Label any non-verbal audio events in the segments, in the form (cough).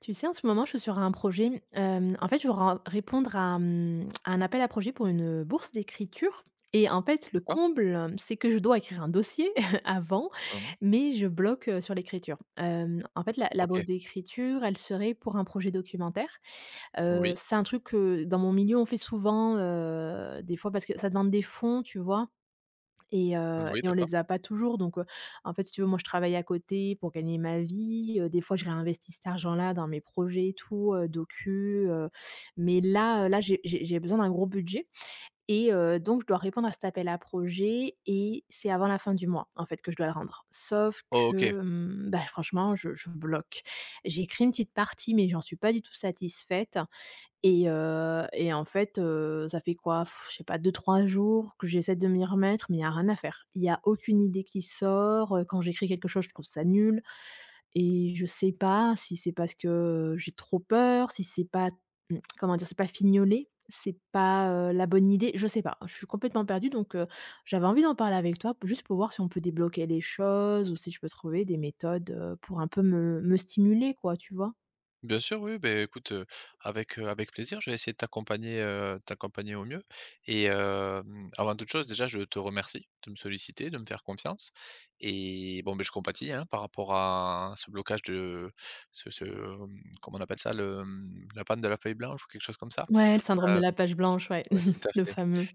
Tu sais, en ce moment, je suis sur un projet. En fait, je veux ren répondre à, à un appel à projet pour une bourse d'écriture et en fait, le D'accord. comble, c'est que je dois écrire un dossier (laughs) avant, Mmh. mais je bloque, sur l'écriture. En fait, la OK. bourse d'écriture, elle serait pour un projet documentaire. Oui. C'est un truc que, dans mon milieu, on fait souvent, des fois parce que ça demande des fonds, tu vois? Oui, Et on d'accord. les a pas toujours donc en fait, si tu veux, moi, je travaille à côté pour gagner ma vie, des fois, je réinvestis cet argent-là dans mes projets et tout, mais là, là, j'ai besoin d'un gros budget et donc je dois répondre à cet appel à projet et c'est avant la fin du mois, en fait, que je dois le rendre. Sauf Oh, OK. que, bah, franchement, je bloque. J'écris une petite partie mais j'en suis pas du tout satisfaite et en fait, ça fait quoi? Pff, je sais pas deux trois jours que j'essaie de m'y remettre, mais il y a rien à faire. Il y a aucune idée qui sort, quand j'écris quelque chose, je trouve ça nul et je sais pas si c'est parce que j'ai trop peur, si c'est pas mmh, comment dire? C'est pas fignolé, c'est pas, la bonne idée, je sais pas. Je suis complètement perdue donc j'avais envie d'en parler avec toi, juste pour voir si on peut débloquer les choses ou si je peux trouver des méthodes, pour un peu me stimuler quoi, tu vois? Bien sûr, oui, ben, écoute, avec, avec plaisir, je vais essayer de t'accompagner, t'accompagner au mieux. Et avant toute chose, déjà, je te remercie de me solliciter, de me faire confiance. Et bon, ben, je compatis, hein, par rapport à ce blocage de ce, comment on appelle ça? Le, mmh, la panne de la feuille blanche ou quelque chose comme ça? Ouais, le syndrome de Hem, la page blanche, ouais, ouais, tout à (laughs) le fait. fameux.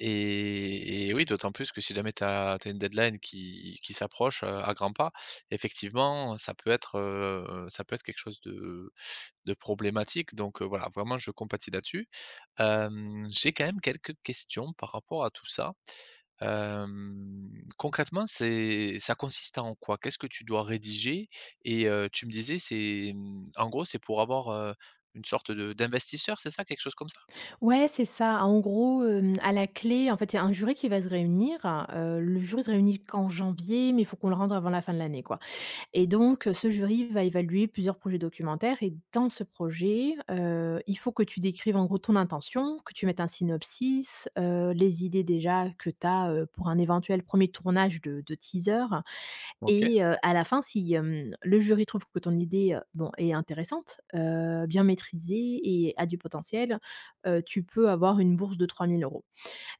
Et oui, d'autant plus que si jamais tu as une deadline qui s'approche, à grands pas, effectivement, ça peut être quelque chose de problématique donc voilà, vraiment je compatis là-dessus. J'ai quand même quelques questions par rapport à tout ça. Hem, Concrètement, c'est ça consiste en quoi? Qu'est-ce que tu dois rédiger? Et tu me disais c'est, mmh, en gros, c'est pour avoir, une sorte de d'investisseur, c'est ça? Quelque chose comme ça? Ouais, c'est ça. En gros, à la clé, en fait, il y a un jury qui va se réunir. Le jury se réunit qu'en janvier, mais il faut qu'on le rende avant la fin de l'année, quoi, et donc ce jury va évaluer plusieurs projets documentaires et dans ce projet, il faut que tu décrives, en gros, ton intention, que tu mettes un synopsis, les idées déjà que tu as, pour un éventuel premier tournage de teaser. OK. Et à la fin, si, le jury trouve que ton idée, bon, est intéressante, bien maîtrisée et a du potentiel, tu peux avoir une bourse de 3 000 euros.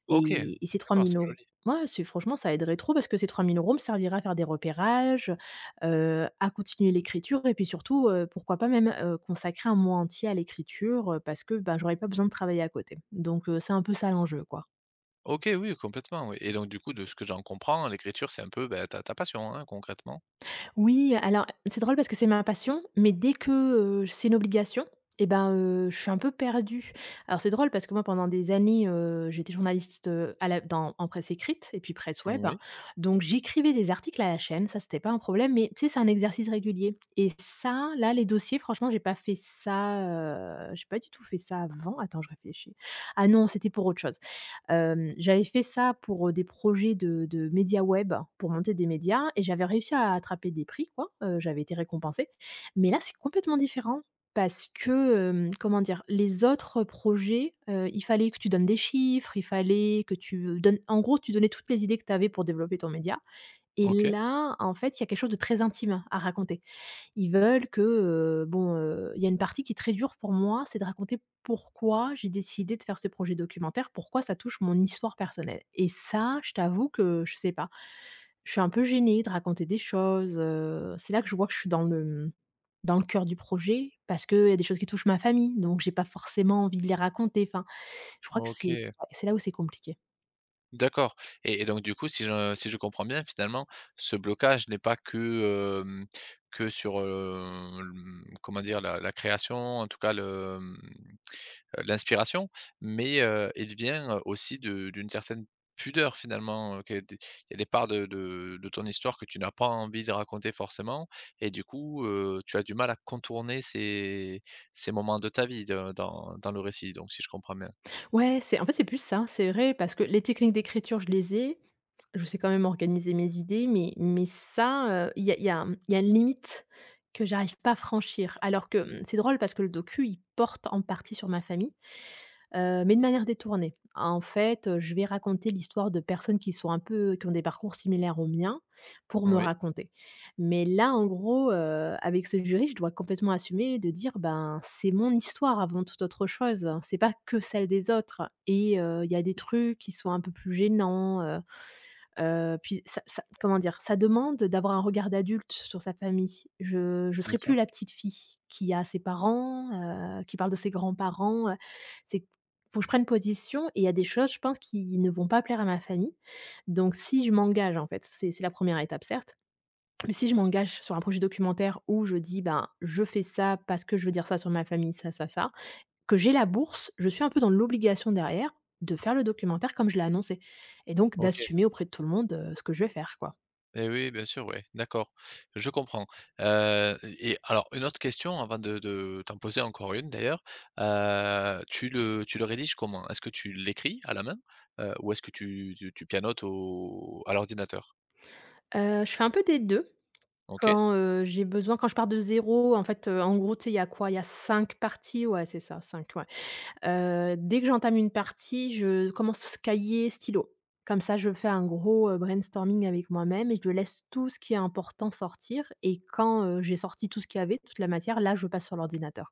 OK, Et ces 3 d'accord, 000 c'est euros, joli. ouais, c'est franchement, ça aiderait trop parce que ces 3 000 euros me serviraient à faire des repérages, à continuer l'écriture et puis surtout, pourquoi pas même, consacrer un mois entier à l'écriture, parce que, ben, j'aurais pas besoin de travailler à côté. Donc c'est un peu ça l'enjeu, quoi. OK, oui, complètement, oui et donc du coup, de ce que j'en comprends, l'écriture, c'est un peu, bah, ta passion, hein, concrètement? Oui, alors c'est drôle parce que c'est ma passion, mais dès que, c'est une obligation et ben, je suis un peu perdue. Alors c'est drôle parce que moi pendant des années, j'étais journaliste, à la dans en presse écrite et puis presse web, Oui, donc j'écrivais des articles à la chaîne, ça c'était pas un problème, mais tu sais, c'est un exercice régulier et ça, là, les dossiers, franchement, j'ai pas fait ça, j'ai pas du tout fait ça avant. Attends, je réfléchis. Ah non, c'était pour autre chose. J'avais fait ça pour des projets de médias web, pour monter des médias et j'avais réussi à attraper des prix quoi, j'avais été récompensée. Mais là, c'est complètement différent parce que, comment dire? Les autres projets, il fallait que tu donnes des chiffres, il fallait que tu donnes, en gros, tu donnais toutes les idées que tu avais pour développer ton média et OK, là, en fait, il y a quelque chose de très intime à raconter. Ils veulent que, bon, il y a une partie qui est très dure pour moi, c'est de raconter pourquoi j'ai décidé de faire ce projet documentaire, pourquoi ça touche mon histoire personnelle et ça, je t'avoue que je sais pas. Je suis un peu gênée de raconter des choses, c'est là que je vois que je suis dans le, dans le cœur du projet parce qu'il y a des choses qui touchent ma famille, donc j'ai pas forcément envie de les raconter. Enfin, je crois que c'est ouais, OK, c'est là où c'est compliqué. d'accord. Et donc du coup, si je comprends bien, finalement, ce blocage n'est pas que, que sur, le, mmh, comment dire? La création, en tout cas le, mmh, l'inspiration, mais il vient, aussi de d'une certaine pudeur finalement, que des il y a des parts de de ton histoire que tu n'as pas envie de raconter forcément, et du coup, tu as du mal à contourner ces ces moments de ta vie de dans le récit donc si je comprends bien? Ouais, c'est en fait, c'est plus ça, c'est vrai, parce que les techniques d'écriture, je les ai. Je sais quand même organiser mes idées, mais ça, il y a un- il y a une limite que j'arrive pas à franchir. Alors que, c'est drôle parce que le docu, il porte en partie sur ma famille. Mais de manière détournée. En fait, je vais raconter l'histoire de personnes qui sont un peu qui ont des parcours similaires au mien pour me Oui? raconter. Mais là, en gros, avec ce jury, je dois complètement assumer de dire: «Ben, c'est mon histoire avant toute autre chose. Hein. C'est pas que celle des autres» et il y a des trucs qui sont un peu plus gênants. Puis ça comment dire? Ça demande d'avoir un regard d'adulte sur sa famille. Je Bien serai sûr. plus la petite fille qui a ses parents, qui parle de ses grands-parents, c'est faut que je prenne position et il y a des choses, je pense, qui ne vont pas plaire à ma famille. Donc si je m'engage, en fait, c'est la première étape, certes, mais si je m'engage sur un projet documentaire où je dis: «Ben, je fais ça parce que je veux dire ça sur ma famille, ça», que j'ai la bourse, je suis un peu dans l'obligation derrière de faire le documentaire comme je l'ai annoncé et donc OK. d'assumer auprès de tout le monde, ce que je vais faire, quoi. Et oui, bien sûr, ouais, d'accord, je comprends. Et alors une autre question avant de t'en poser encore une d'ailleurs, tu le rédiges comment? Est-ce que tu l'écris à la main, ou est-ce que tu pianotes au à l'ordinateur? Je fais un peu des 2 OK. quand, j'ai besoin quand je pars de zéro. En fait, en gros, tu sais, il y a quoi? Il y a 5 parties, ouais, c'est ça, cinq. Ouais. Dès que j'entame une partie, je commence cahier, stylo. Comme ça, je fais un gros, brainstorming avec moi-même et je laisse tout ce qui est important sortir et quand, j'ai sorti tout ce qu'il y avait, toute la matière, là, je passe sur l'ordinateur.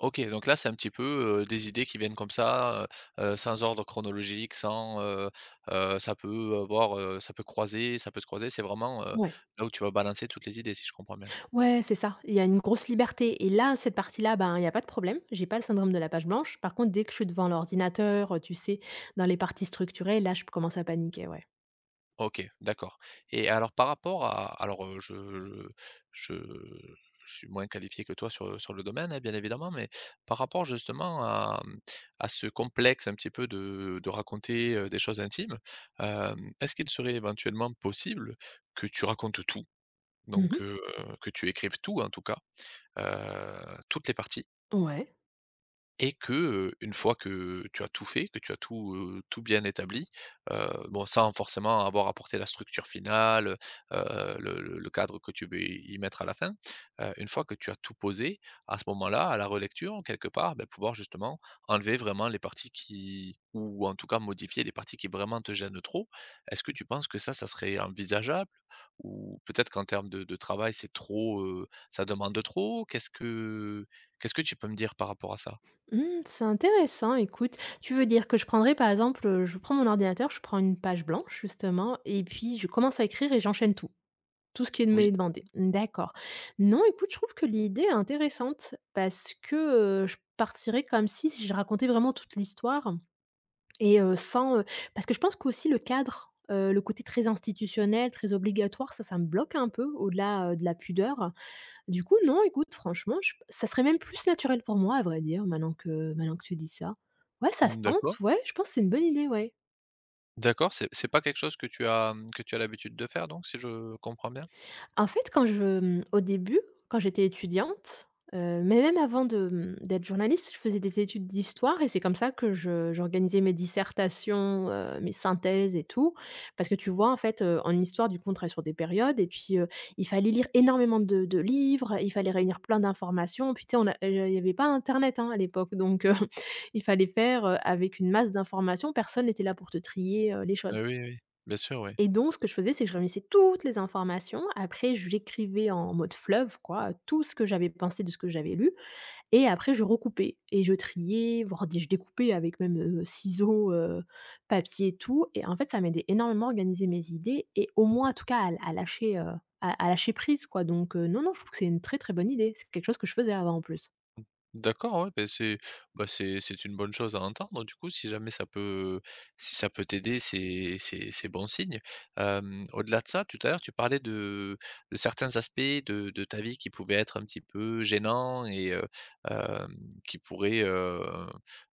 OK, donc là, c'est un petit peu, des idées qui viennent comme ça, sans ordre chronologique, sans, ça peut avoir, ça peut croiser, ça peut se croiser, c'est vraiment, Ouais. là où tu vas balancer toutes les idées, si je comprends bien? Ouais, c'est ça. Il y a une grosse liberté et là, cette partie-là, ben, il y a pas de problème. J'ai pas le syndrome de la page blanche. Par contre, dès que je suis devant l'ordinateur, tu sais, dans les parties structurées, là, je commence à paniquer, ouais. OK, d'accord. Et alors par rapport à alors, je je suis moins qualifié que toi sur, sur le domaine, hein, bien évidemment, mais par rapport justement à, mmh, à ce complexe un petit peu de raconter, des choses intimes, est-ce qu'il serait éventuellement possible que tu racontes tout? Donc Mmh. Que tu écrives tout en tout cas, heu, toutes les parties? Ouais. Et que, une fois que tu as tout fait, que tu as tout, tout bien établi, bon sans forcément avoir apporté la structure finale, le cadre que tu veux y mettre à la fin, une fois que tu as tout posé, à ce moment-là, à la relecture, quelque part, bah, pouvoir justement enlever vraiment les parties qui ou en tout cas modifier les parties qui vraiment te gênent trop. Est-ce que tu penses que ça serait envisageable? Ou peut-être qu'en termes de travail, c'est trop, ça demande de trop? Qu'est-ce que tu peux me dire par rapport à ça? Mmh, c'est intéressant, écoute. Tu veux dire que je prendrais, par exemple, je prends mon ordinateur, je prends une page blanche, justement et puis je commence à écrire et j'enchaîne tout. Tout ce qui Oui, m'est demandé. D'accord. Non, écoute, je trouve que l'idée est intéressante parce que, je partirais comme si je racontais vraiment toute l'histoire. Et sans, parce que je pense qu'aussi le cadre, le côté très institutionnel, très obligatoire, ça me bloque un peu au-delà, de la pudeur. Du coup, non, écoute, franchement, je ça serait même plus naturel pour moi, à vrai dire, maintenant que tu dis ça. Ouais, ça se mmh, d'accord, tente, ouais, je pense que c'est une bonne idée, ouais. d'accord, c'est pas quelque chose que tu as, mmh, que tu as l'habitude de faire donc si je comprends bien? En fait, au début, quand j'étais étudiante, mais même avant de, d'être journaliste, je faisais des études d'histoire et c'est comme ça que je j'organisais mes dissertations, mes synthèses et tout. Parce que tu vois, en fait, en histoire, du coup, on travaille sur des périodes et puis, il fallait lire énormément de livres, il fallait réunir plein d'informations. Puis tu sais, on a il y avait pas internet, hein, à l'époque, donc (laughs) il fallait faire, avec une masse d'informations. Personne n'était là pour te trier, les choses. Ah oui, oui, bien sûr, oui. Et donc ce que je faisais, c'est que je réunissais toutes les informations. Après, je l'écrivais en mode fleuve, quoi, tout ce que j'avais pensé de ce que j'avais lu et après je recoupais et je triais, voire dé je découpais avec même, ciseaux, papier et tout et en fait, ça m'aidait énormément à organiser mes idées et au moins, en tout cas, à lâcher, à lâcher prise, quoi donc non, non, je trouve que c'est une très, très bonne idée. C'est quelque chose que je faisais avant, en plus. D'accord, ouais, beh, c'est bah, c'est une bonne chose à entendre du coup, si jamais ça peut, si ça peut t'aider, c'est c'est bon signe. Au-delà de ça, tout à l'heure, tu parlais de certains aspects de ta vie qui pouvaient être un petit peu gênants et hem, qui pourraient, heu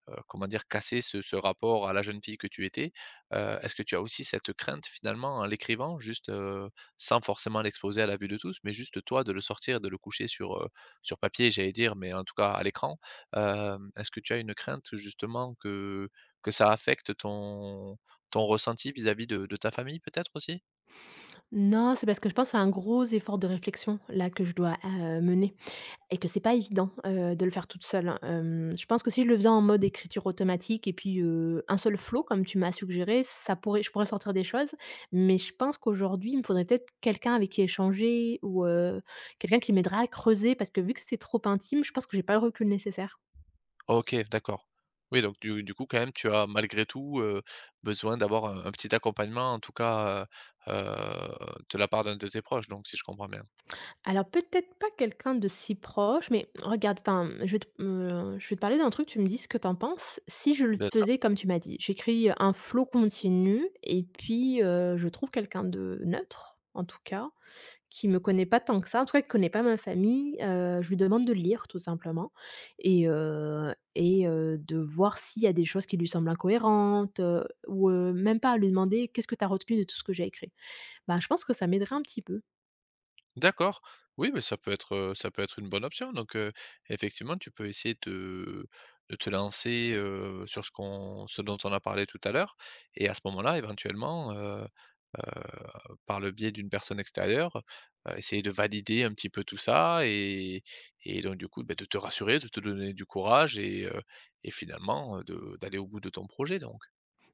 heu, comment dire? Casser ce rapport à la jeune fille que tu étais. Est-ce que tu as aussi cette crainte finalement en l'écrivant juste, sans forcément l'exposer à la vue de tous, mais juste toi de le sortir, de le coucher sur, sur papier, j'allais dire, mais en tout cas à l'écran. Est-ce que tu as une crainte justement que ça affecte ton ton ressenti vis-à-vis de ta famille peut-être aussi? Non, c'est parce que je pense à un gros effort de réflexion, là, que je dois, mener. Et que c'est pas évident, de le faire toute seule. Hein. Je pense que si je le faisais en mode écriture automatique et puis, un seul flow comme tu m'as suggéré, ça pourrait je pourrais sortir des choses. Mais je pense qu'aujourd'hui, il me faudrait peut-être quelqu'un avec qui échanger ou, quelqu'un qui m'aiderait à creuser parce que vu que c'est trop intime, je pense que j'ai pas le recul nécessaire. OK, d'accord. Oui, donc du coup quand même tu as malgré tout, besoin d'avoir un petit accompagnement en tout cas, heu heu, de la part d'un de tes proches donc si je comprends bien? Alors peut-être pas quelqu'un de si proche, mais regarde, enfin, je vais te parler d'un truc, tu me dis ce que t'en penses. Si je le Bien sûr. faisais comme tu m'as dit, j'écris un flot continu et puis, je trouve quelqu'un de neutre, en tout cas, qui me connaît pas tant que ça, en tout cas qui connaît pas ma famille, je lui demande de lire tout simplement et de voir s'il y a des choses qui lui semblent incohérentes, ou, même pas à lui demander: «Qu'est-ce que tu as retenu de tout ce que j'ai écrit?» Bah, je pense que ça m'aiderait un petit peu. D'accord. Oui, mais ça peut être une bonne option. Donc, effectivement, tu peux essayer de te lancer, sur ce qu'on ce dont on a parlé tout à l'heure, et à ce moment-là, éventuellement, heu, par le biais d'une personne extérieure, essayer de valider un petit peu tout ça, et donc du coup, beh, de te rassurer, de te donner du courage, et finalement, de d'aller au bout de ton projet donc.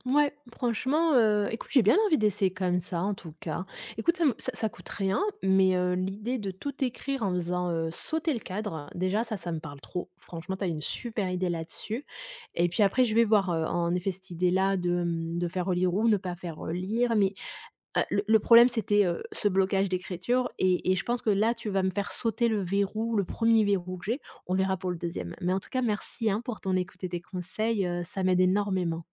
Ouais, franchement, écoute, j'ai bien envie d'essayer comme ça, en tout cas. Écoute, ça me ça ça coûte rien, mais, l'idée de tout écrire en faisant, sauter le cadre, déjà ça, ça me parle trop. Franchement, t'as une super idée là-dessus et puis après je vais voir, en effet cette idée-là de, de faire relire ou ne pas faire relire, mais, le problème c'était, ce blocage d'écriture et je pense que là, tu vas me faire sauter le verrou, le premier verrou que j'ai. On verra pour le deuxième. Mais en tout cas, merci, hein, pour ton écoute et tes conseils, ça m'aide énormément.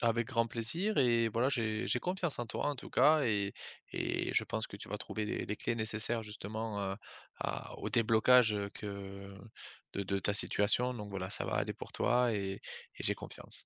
Avec grand plaisir et voilà, j'ai confiance en toi en tout cas, et je pense que tu vas trouver les clés nécessaires justement, à au déblocage, que de ta situation donc voilà, ça va aller pour toi et j'ai confiance.